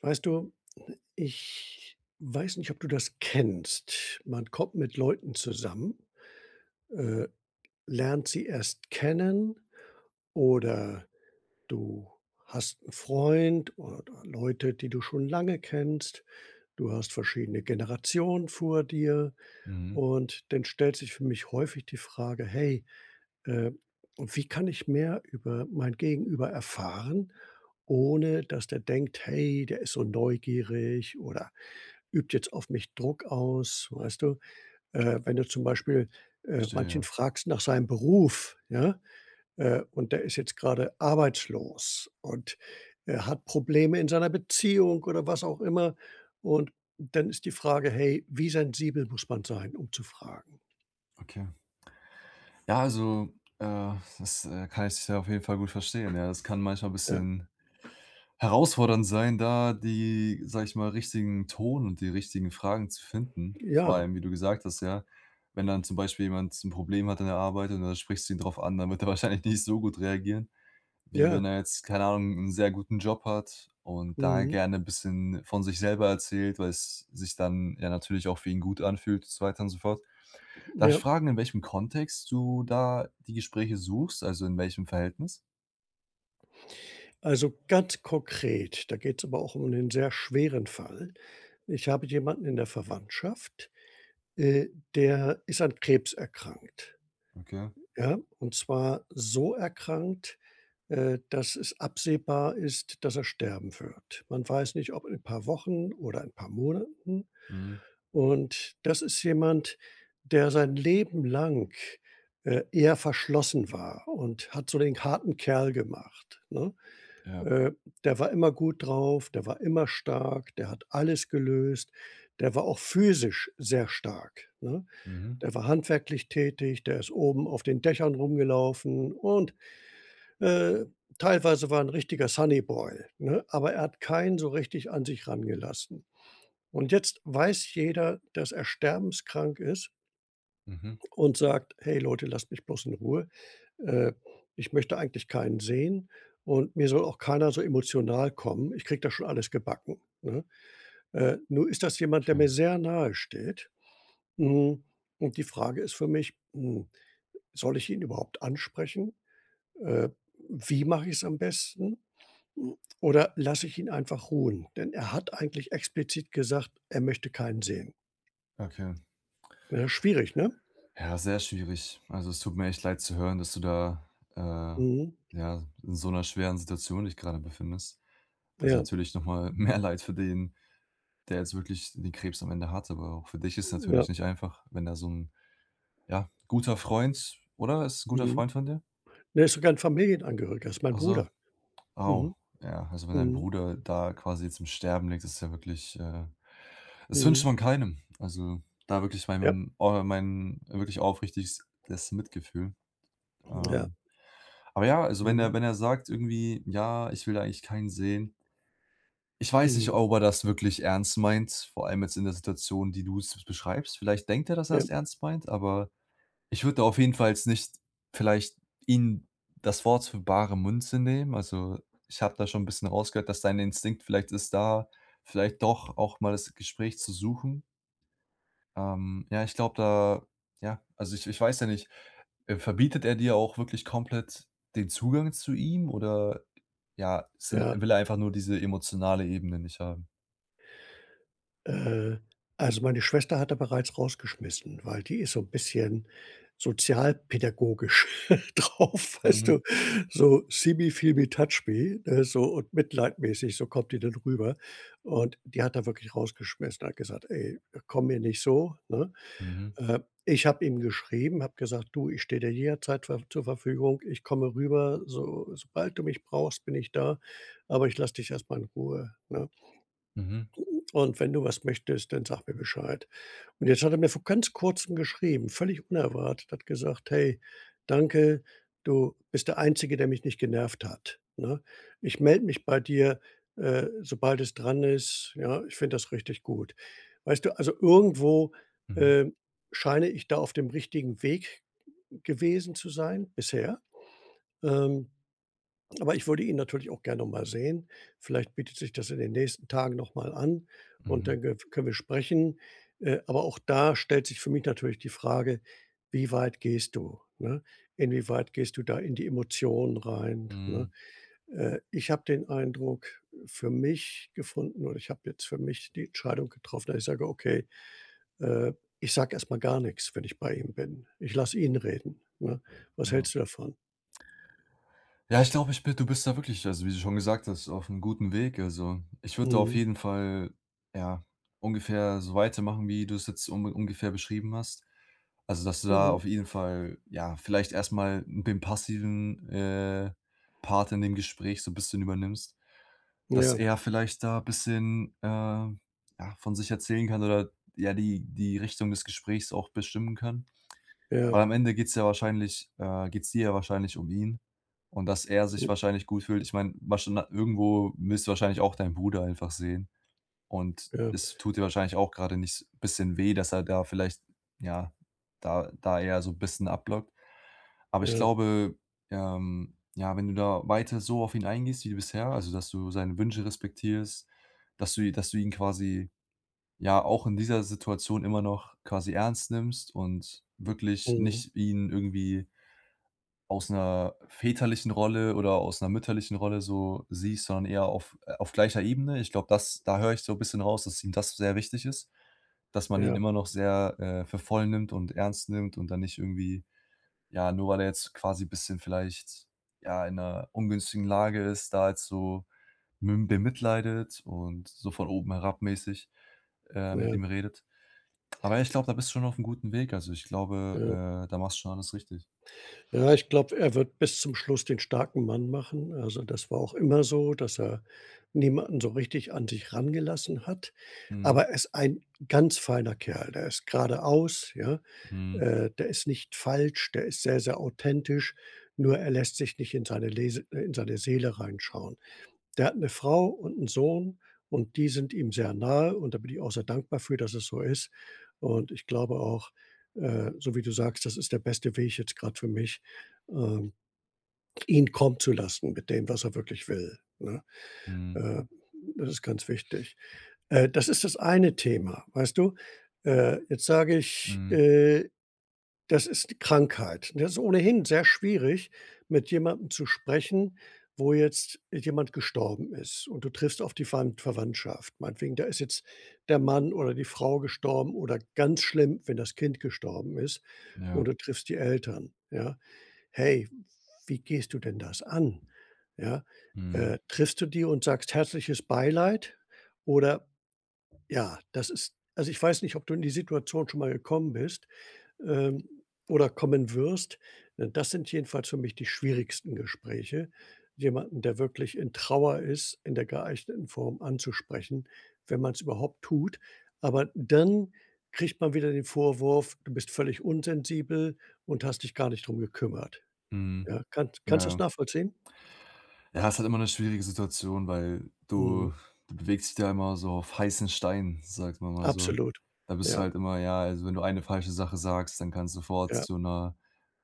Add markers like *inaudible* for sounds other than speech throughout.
Weißt du, ich weiß nicht, ob du das kennst. Man kommt mit Leuten zusammen, äh, lernt sie erst kennen oder du hast einen Freund oder Leute, die du schon lange kennst. Du hast verschiedene Generationen vor dir Mhm. und dann stellt sich für mich häufig die Frage: „Hey, äh, wie kann ich mehr über mein Gegenüber erfahren, ohne dass der denkt: ‚Hey, der ist so neugierig oder übt jetzt auf mich Druck aus, weißt du? Wenn du zum Beispiel, Verstehe, manchen ja. fragst nach seinem Beruf, ja, und der ist jetzt gerade arbeitslos und er hat Probleme in seiner Beziehung oder was auch immer. Und dann ist die Frage: „Hey, wie sensibel muss man sein, um zu fragen?“ Okay. Ja, also, das, kann ich ja auf jeden Fall gut verstehen, ja. Es kann manchmal ein Ja. bisschen herausfordernd sein, da die, sage ich mal, richtigen Ton und die richtigen Fragen zu finden. Vor Ja, allem, wie du gesagt hast, ja, wenn dann zum Beispiel jemand ein Problem hat in der Arbeit und dann sprichst du ihn drauf an, dann wird er *laughs* wahrscheinlich nicht so gut reagieren, wie ja, wenn er jetzt, keine Ahnung, einen sehr guten Job hat und da mhm, gerne ein bisschen von sich selber erzählt, weil es sich dann ja natürlich auch für ihn gut anfühlt und so weiter und so fort. Darf ich ja. fragen, in welchem Kontext du da die Gespräche suchst, also in welchem Verhältnis? Also, ganz konkret, da geht es aber auch um 'nen sehr schweren Fall. Ich habe jemanden in der Verwandtschaft. Äh, der ist an Krebs erkrankt, Okay. ja? Und zwar so erkrankt, dass es absehbar ist, dass er sterben wird. Man weiß nicht, ob in ein paar Wochen oder ein paar Monaten. Mhm. Und das ist jemand, der sein Leben lang, eher verschlossen war und hat so den harten Kerl gemacht, ne? Ja. Äh, der war immer gut drauf, der war immer stark, der hat alles gelöst, der war auch physisch sehr stark, ne? Mhm. Der war handwerklich tätig, der ist oben auf den Dächern rumgelaufen und, äh, teilweise war ein richtiger Sunnyboy, ne? Aber er hat keinen so richtig an sich rangelassen. Und jetzt weiß jeder, dass er sterbenskrank ist Mhm. und sagt: „Hey Leute, lasst mich bloß in Ruhe. Äh, ich möchte eigentlich keinen sehen und mir soll auch keiner so emotional kommen. Ich kriege das schon alles gebacken“, ne? Nur ist das jemand, der Okay. mir sehr nahe steht. Hm, und die Frage ist für mich, hm, soll ich ihn überhaupt ansprechen? Äh, wie mache ich es am besten? Hm, oder lasse ich ihn einfach ruhen? Denn er hat eigentlich explizit gesagt, er möchte keinen sehen. Okay. Ja, schwierig, ne? Ja, sehr schwierig. Also, es tut mir echt leid zu hören, dass du da, äh, Mhm. ja, in so einer schweren Situation dich gerade befindest. Also, Ja, natürlich nochmal *laughs* mehr Leid für den, der jetzt wirklich den Krebs am Ende hat, aber auch für dich ist ja, natürlich nicht einfach, wenn da so ein ja, guter Freund oder? Ist ein guter mhm. Freund von dir? Ne, ist sogar ein Familienangehöriger, ist mein Ach so. Bruder. Oh, Mhm, ja, also wenn dein mhm, Bruder da quasi jetzt im Sterben liegt, ist ja wirklich, das wünscht mhm. man keinem. Also, da wirklich Ja, meinem oh, mein wirklich aufrichtiges Mitgefühl. ja, Ähm, aber ja, also wenn mhm, er wenn er sagt irgendwie: „Ja, ich will da eigentlich keinen sehen.“ Ich weiß nicht, mhm, ob er das wirklich ernst meint, vor allem jetzt in der Situation, die du s beschreibst. Vielleicht denkt er, dass er ja, es ernst meint, aber ich würde auf jeden Fall jetzt nicht vielleicht ihn das Wort für bare Münze nehmen. Also, ich habe da schon ein bisschen rausgehört, dass dein Instinkt vielleicht ist da, vielleicht doch auch mal das Gespräch zu suchen. Ja, ich glaube da ja, also ich weiß ja nicht, verbietet er dir auch wirklich komplett den Zugang zu ihm oder ja, sin ja. will er einfach nur diese emotionale Ebene nicht haben? Äh, also, meine Schwester hat er bereits rausgeschmissen, weil die ist so ein bisschen sozialpädagogisch *laughs* drauf, weißt Mhm. du? So „see me, feel me, touch me“, ne, so und mitleidmäßig, so kommt die dann rüber. Und die hat er wirklich rausgeschmissen, hat gesagt: „Ey, komm mir nicht so“, ne? Mhm. Äh, ich habe ihm geschrieben, habe gesagt: „Du, ich stehe dir jederzeit ver zur Verfügung. Ich komme rüber, so sobald du mich brauchst, bin ich da, aber ich lasse dich erst mal in Ruhe“, ne? Mhm. Und wenn du was möchtest, dann sag mir Bescheid. Und jetzt hat er mir vor ganz Kurzem geschrieben, völlig unerwartet, hat gesagt: „Hey, danke, du bist der Einzige, der mich nicht genervt hat, ne? Ich melde mich bei dir, sobald es dran ist. Ja, ich finde das richtig gut.“ Weißt du, also irgendwo, Mhm. ähm, scheine ich da auf dem richtigen Weg gewesen zu sein bisher. Ähm aber ich würde ihn natürlich auch gerne noch mal sehen. Vielleicht bietet sich das in den nächsten Tagen noch mal an Mhm. und Mhm. dann ge können wir sprechen. Aber auch da stellt sich für mich natürlich die Frage: Wie weit gehst du, ne? Inwieweit gehst du da in die Emotionen rein, ne? Mhm. Ich habe den Eindruck für mich gefunden oder ich habe jetzt für mich die Entscheidung getroffen, dass ich sage: „Okay, äh, ich sage erst mal gar nichts, wenn ich bei ihm bin. Ich lasse ihn reden“, ne? Was Ja. hältst du davon? Ja, ich glaube, ich bin du bist da wirklich, also wie du schon gesagt hast, auf einem guten Weg. Also, ich würde da auf Mhm. jeden Fall, ja, ungefähr so weitermachen, wie du es jetzt un ungefähr beschrieben hast. Also, dass du da Mhm. auf jeden Fall, ja, vielleicht erstmal mal den passiven, Part in dem Gespräch so 'n bisschen übernimmst, dass Ja, er vielleicht da ein bisschen, ja, von sich erzählen kann oder ja, die Richtung des Gesprächs auch bestimmen kann. ja. Weil am Ende geht's ja wahrscheinlich geht's dir ja wahrscheinlich um ihn und dass er sich wahrscheinlich gut fühlt. Ich meine, wahrscheinlich irgendwo willst du wahrscheinlich auch deinen Bruder einfach sehen und Ja, es tut dir wahrscheinlich auch gerade nicht s bisschen weh, dass er da vielleicht ja, da eher so 'n bisschen abblockt. Aber ich ja, glaube, ja, wenn du da weiter so auf ihn eingehst wie bisher, also, dass du seine Wünsche respektierst, dass du i dass du ihn quasi ja, auch in dieser Situation immer noch quasi ernst nimmst und wirklich mhm. nicht ihn irgendwie aus einer väterlichen Rolle oder aus einer mütterlichen Rolle so siehst, sondern eher auf gleicher Ebene. Ich glaube, das da höre ich so ein bisschen raus, dass ihm das sehr wichtig ist, dass man ihn Ja, immer noch sehr, für voll nimmt und ernst nimmt und dann nicht irgendwie ja, nur weil er jetzt quasi ein bisschen vielleicht, ja, in einer ungünstigen Lage ist, da jetzt so mim bemitleidet und so von oben herabmäßig mit ja, ihm redet. Aber ich glaube, da bist du schon auf'm guten Weg. Also, ich glaube, ja. Da machst du schon alles richtig. Ja, ich glaube, er wird bis zum Schluss den starken Mann machen. Also, das war auch immer so, dass er niemanden so richtig an sich rangelassen hat. Mhm, Aber er ist ein ganz feiner Kerl. Der ist geradeaus, ja. mhm, Der ist nicht falsch, der ist sehr, sehr authentisch, nur er lässt sich nicht in seine Lese in seine Seele reinschauen. Der hat eine Frau und einen Sohn und die sind ihm sehr nahe und da bin ich auch sehr dankbar für, dass es so ist. Und ich glaube auch, so wie du sagst, das ist der beste Weg jetzt gerade für mich, ähm, ihn kommen zu lassen mit dem, was er wirklich will, ne? mhm, Äh, das ist ganz wichtig. Das ist das eine Thema, weißt du? Jetzt sage ich, mhm, das ist die Krankheit. Das ist ohnehin sehr schwierig, mit jemandem zu sprechen, wo jetzt jemand gestorben ist und du triffst auf die Verwandtschaft. Meinetwegen, da ist jetzt der Mann oder die Frau gestorben oder ganz schlimm, wenn das Kind gestorben ist und ja, du triffst die Eltern, ja. Hey, wie gehst du denn das an, ja? mhm, Triffst du die und sagst: „Herzliches Beileid“ oder ja, das ist, also, ich weiß nicht, ob du in die Situation schon mal gekommen bist, ähm, oder kommen wirst. Das sind jedenfalls für mich die schwierigsten Gespräche, jemanden, der wirklich in Trauer ist, in der geeigneten Form anzusprechen, wenn man es überhaupt tut. Aber dann kriegt man wieder den Vorwurf: „Du bist völlig unsensibel und hast dich gar nicht drum gekümmert.“ mhm, Ja, ja, kannst du das ja. nachvollziehen? Ja, ist halt immer 'ne schwierige Situation, weil Mhm, du du bewegst dich da immer so auf heißen Stein, sagt man mal so. absolut. Da bist du Ja, halt immer ja, also, wenn du eine falsche Sache sagst, dann kann's sofort ja, zu 'ner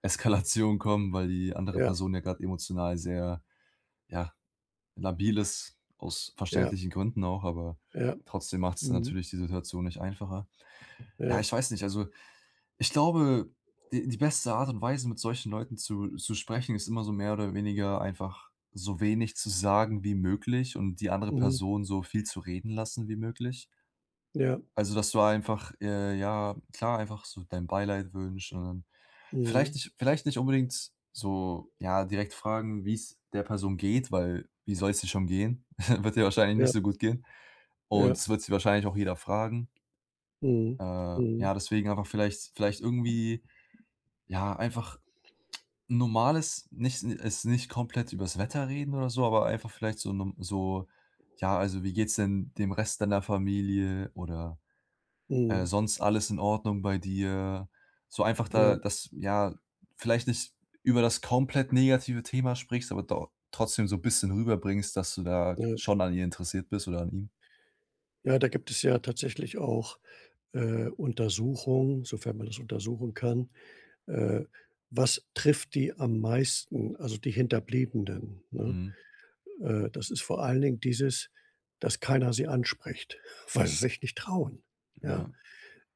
Eskalation kommen, weil die andere ja, Person ja grad emotional sehr, ja, labil ist, aus ja, verständlichen Gründen auch, aber ja, trotzdem macht's dann mhm, natürlich die Situation nicht einfacher. Ja, ja, ich weiß nicht. Also, ich glaube, die beste Art und Weise, mit solchen Leuten zu sprechen, ist immer so mehr oder weniger einfach so wenig zu sagen wie möglich und die andere mhm, Person so viel zu reden lassen wie möglich. ja, Also, dass du einfach, ja, klar, einfach so dein Beileid wünschst und dann mhm, vielleicht nicht unbedingt so, ja, direkt fragen, wie es der Person geht, weil wie soll es ihr schon gehen? *laughs* Wird ihr wahrscheinlich ja, nicht so gut gehen ja, und es wird sie wahrscheinlich auch jeder fragen. mhm, Äh, mhm, ja, deswegen einfach vielleicht vielleicht irgendwie, ja, einfach 'n normales nicht es nicht komplett übers Wetter reden oder so, aber einfach vielleicht so 'nem so: „Ja, also, wie geht's denn dem Rest deiner Familie?“ oder, mhm, „Sonst alles in Ordnung bei dir?“ So einfach ja. da dass ja, vielleicht nicht über das komplett negative Thema sprichst, aber doch trotzdem so 'n bisschen rüberbringst, dass du da Ja. schon an ihr interessiert bist oder an ihm. Ja, da gibt es ja tatsächlich auch, Untersuchungen, sofern man das untersuchen kann. Äh, was trifft die am meisten, also die Hinterbliebenen, ne? Mhm. Das ist vor allen Dingen dieses, dass keiner sie anspricht, *laughs* weil sie sich nicht trauen, ja? Ja.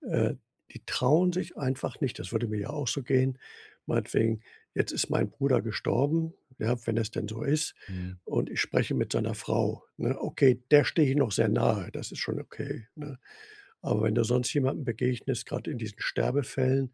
Äh, die trauen sich einfach nicht. Das würde mir ja auch so gehen. Meinetwegen, jetzt ist mein Bruder gestorben, ja, wenn es denn so ist, Mhm. und ich spreche mit seiner Frau, ne? Okay, der stehe ich noch sehr nahe, das ist schon okay, ne? Aber wenn du sonst jemandem begegnest, gerade in diesen Sterbefällen,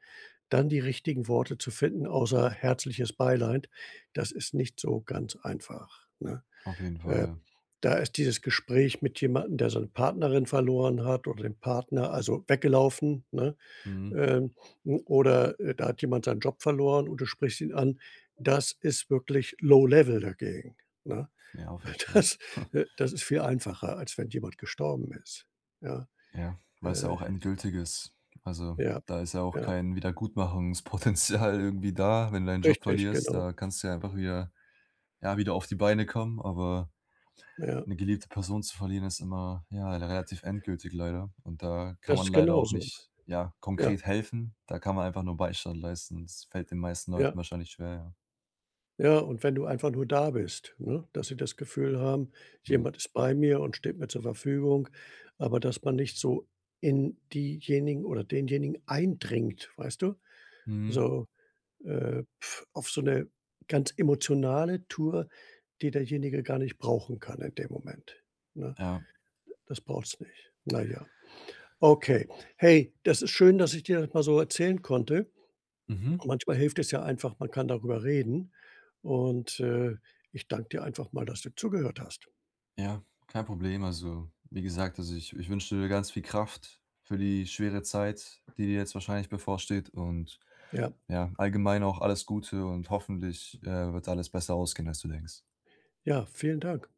dann die richtigen Worte zu finden, außer herzliches Beileid, das ist nicht so ganz einfach, ne? Auf jeden Fall, Äh, ja. Da ist dieses Gespräch mit jemandem, der seine Partnerin verloren hat oder den Partner, also weggelaufen, ne? Mhm. Ähm, hm, oder, da hat jemand seinen Job verloren und du sprichst ihn an. Das ist wirklich low level dagegen, ne? Ja, auf *laughs* jeden Fall. Das *laughs* Das ist viel einfacher, als wenn jemand gestorben ist. Ja, Ja, weil es ja äh, auch endgültig ist. Also, ja, da ist ja auch ja. kein Wiedergutmachungspotenzial *laughs* irgendwie da. Wenn du deinen Job Richtig, verlierst, genau. da kannst du ja einfach wieder ja, wieder auf die Beine kommen, aber Ja, eine geliebte Person zu verlieren ist immer, ja, relativ endgültig leider und da kann das man ist leider auch genauso. nicht, ja, Ja, konkret helfen. Da kann man einfach nur Beistand leisten. Das fällt den meisten Leuten ja, wahrscheinlich schwer, ja. ja. Und wenn du einfach nur da bist, ne, dass sie das Gefühl haben, Ja. jemand ist bei mir und steht mir zur Verfügung, aber dass man nicht so in diejenigen oder denjenigen eindringt, weißt du? Mhm. So, auf so eine ganz emotionale Tour, die derjenige gar nicht brauchen kann in dem Moment, ne? Ja. Das braucht's nicht. Na ja. Okay. Hey, das ist schön, dass ich dir das mal so erzählen konnte. Mhm. Manchmal hilft es ja einfach, man kann darüber reden. Und, ich danke dir einfach mal, dass du zugehört hast. Ja, kein Problem. Also, wie gesagt, also ich wünsche dir ganz viel Kraft für die schwere Zeit, die dir jetzt wahrscheinlich bevorsteht und Ja, ja, allgemein auch alles Gute und hoffentlich, wird alles besser ausgehen, als du denkst. ja, vielen Dank.